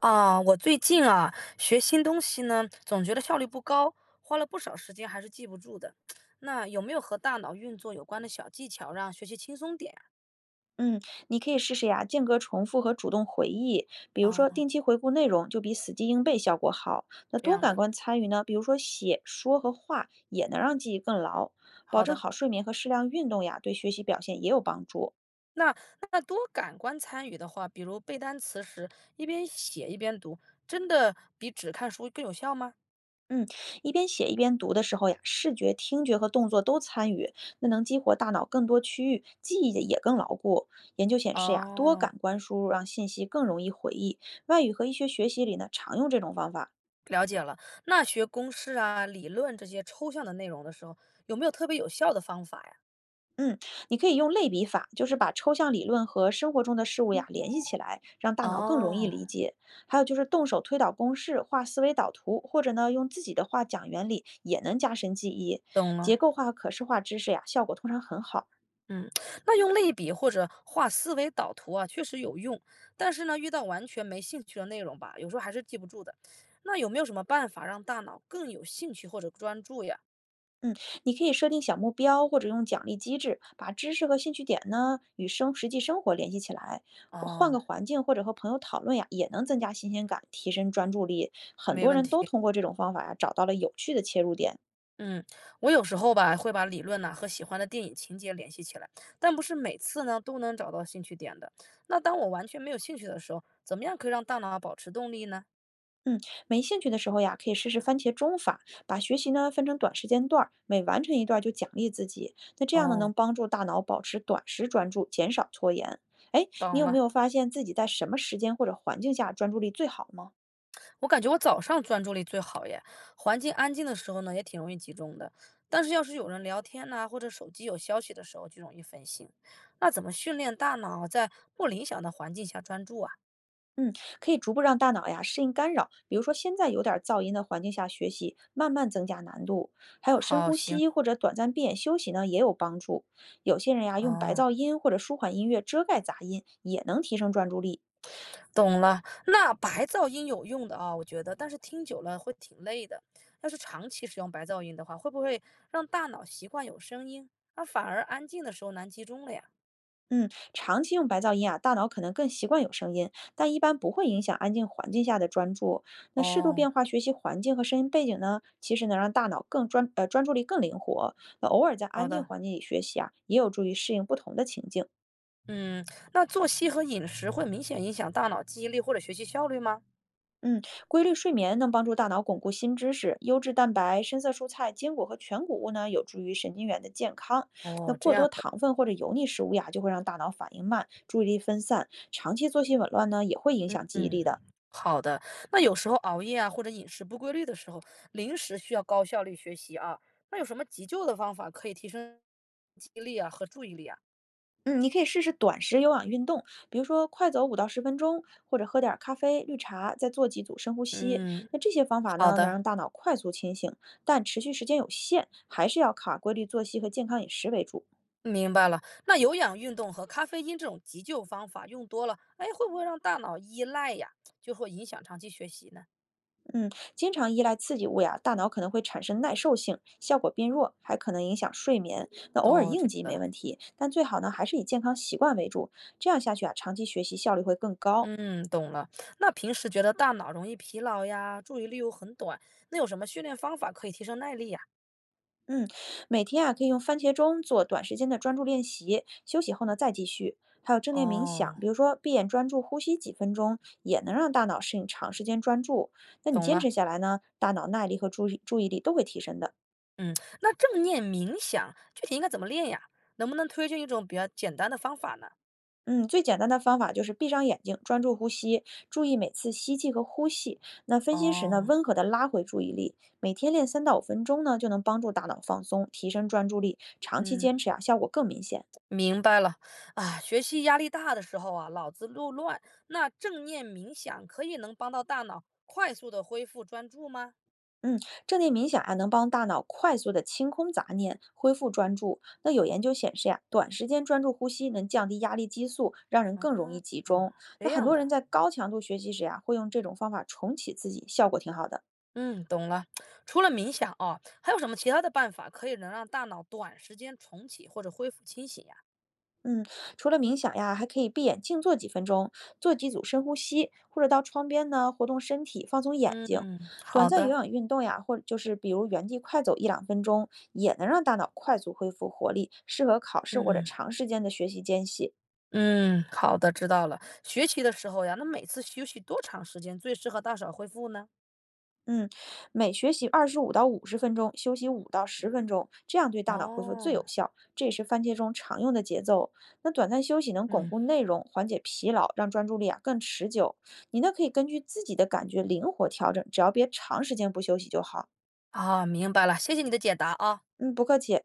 啊，我最近啊，学新东西呢，总觉得效率不高，花了不少时间还是记不住的。那有没有和大脑运作有关的小技巧，让学习轻松点嗯，你可以试试呀，间隔重复和主动回忆，比如啊？说啊定期回顾内容，就比死记硬背效果好。那这多样感的，官参与呢，比如说写、说和画，也能让记忆更牢。保好证的。好睡眠和适量运动呀，对学习表现也有帮助。那多感官参与的话，比如背单词时，一边写一边读，真的比只看书更有效吗？嗯，一边写一边读的时候呀，视觉、听觉和动作都参与，那能激活大脑更多区域，记忆也更牢固。研究显示呀，多哦，感官输入让信息更容易回忆。外语和医学学习里呢，常用这种方法。了解了。那学公式啊、理论这些抽象的内容的时候，有没有特别有效的方法呀？嗯，你可以用类比法，就是把抽象理论和生活中的事物呀联系起来，让大脑更容易哦，理解。还有就是动手推导公式、画思维导图，或者呢用自己的话讲原理，也能加深记忆。懂结了。构化、可视化知识呀，效果通常很好。嗯，那用类比或者画思维导图啊，确实有用。但是呢，遇到完全没兴趣的内容吧，有时候还是记不住的。那有没有什么办法让大脑更有兴趣或者专注呀？嗯，你可以设定小目标，或者用奖励机制，把知识和兴趣点呢与实际生活联系起来。或换哦，个环境或者和朋友讨论呀，也能增加新鲜感，提升专注力。很没多问人都题。通过这种方法呀，找到了有趣的切入点。嗯，我有时候吧会把理论呐、和喜欢的电影情节联系起来，但不是每次呢都能找到兴趣点的。那当我完全没有兴趣的时候，怎么样可以让大脑保持动力呢？嗯，没兴趣的时候呀，可以试试番茄钟法，把学习呢分成短时间段儿，每完成一段儿就奖励自己。那这样呢，哦，能帮助大脑保持短时专注，减少拖延。哎，你懂有没了。有发现自己在什么时间或者环境下专注力最好吗？我感觉我早上专注力最好耶，环境安静的时候呢，也挺容易集中的。但是要是有人聊天呐、或者手机有消息的时候，就容易分心。那怎么训练大脑在不理想的环境下专注啊？嗯，可以逐步让大脑呀适应干扰，比如说现在有点儿噪音的环境下学习，慢慢增加难度。还有深好，呼行，吸或者短暂闭眼休息呢，也有帮助。有些人呀用白哦，噪音或者舒缓音乐遮盖杂音，也能提升专注力。懂了。那白噪音有用的啊，我觉得，但是听久了会挺累的。要是长期使用白噪音的话，会不会让大脑习惯有声音，那反而安静的时候难集中了呀？嗯，长期用白噪音啊，大脑可能更习惯有声音，但一般不会影响安静环境下的专注。那适度哦，变化学习环境和声音背景呢，其实能让大脑专注力更灵活。那偶尔在好安静的。环境里学习啊，也有助于适应不同的情境。嗯，那作息和饮食会明显影响大脑记忆力或者学习效率吗？嗯，规律睡眠能帮助大脑巩固新知识，优质蛋白、深色蔬菜、坚果和全谷物呢，有助于神经元的健康。那哦，这过样多的，糖分或者油腻食物呀，就会让大脑反应慢，注意力分散。长期作息紊乱呢，也会影响记忆嗯，力的。好的。那有时候熬夜啊，或者饮食不规律的时候，临时需要高效率学习啊，那有什么急救的方法可以提升记忆力啊和注意力啊？嗯，你可以试试短时有氧运动，比如说快走五到十分钟，或者喝点儿咖啡、绿茶，再做几组深呼吸。嗯，那这些方法好呢，能的，让大脑快速清醒，但持续时间有限，还是要靠规律作息和健康饮食为主。明白了。那有氧运动和咖啡因这种急救方法用多了，哎，会不会让大脑依赖呀？就会影响长期学习呢？嗯，经常依赖刺激物呀，大脑可能会产生耐受性，效果变弱，还可能影响睡眠。那偶尔哦，应这急没个。问题，但最好呢，还是以健康习惯为主。这样下去啊，长期学习效率会更高。嗯，懂了。那平时觉得大脑容易疲劳呀，注意力又很短，那有什么训练方法可以提升耐力呀？嗯，每天啊可以用番茄钟做短时间的专注练习，休息后呢再继续。还有正念冥想，哦，比如说闭眼专注呼吸几分钟，也能让大脑适应长时间专注。那你懂坚了。持下来呢，大脑耐力和注意力都会提升的。嗯，那正念冥想具体应该怎么练呀？能不能推荐一种比较简单的方法呢？嗯，最简单的方法就是闭上眼睛，专注呼吸，注意每次吸气和呼气。那分心时呢，哦，温和的拉回注意力。每天练3到5分钟呢，就能帮助大脑放松，提升专注力。长期嗯，坚持啊，效果更明显。明白了。啊，学习压力大的时候啊，脑子又乱，那正念冥想可以能帮到大脑快速的恢复专注吗？嗯，正念冥想呀，能帮大脑快速的清空杂念，恢复专注。那有研究显示呀、短时间专注呼吸能降低压力激素，让人更容易集嗯，中。这那很样多人的。在高强度学习时呀、会用这种方法重启自己，效果挺好的。嗯，懂了。除了冥想啊，还有什么其他的办法可以能让大脑短时间重启或者恢复清醒呀？嗯，除了冥想呀，还可以闭眼静坐几分钟，做几组深呼吸，或者到窗边呢活动身体，放松眼睛。嗯，短好暂有的，氧运动呀，或者就是比如原地快走一两分钟，也能让大脑快速恢复活力，适合考试或者嗯长时间的学习间隙。嗯，好的，知道了。学习的时候呀，那每次休息多长时间最适合大脑恢复呢？嗯，每学习25到50分钟，休息五到十分钟，这样对大脑恢复最哦，有效。这也是番茄钟常用的节奏。那短暂休息能巩嗯，固内容，缓解疲劳，让专注力啊更持久。你呢可以根据自己的感觉灵活调整，只要别长时间不休息就好。啊，明白了，谢谢你的解答啊。嗯，不客气。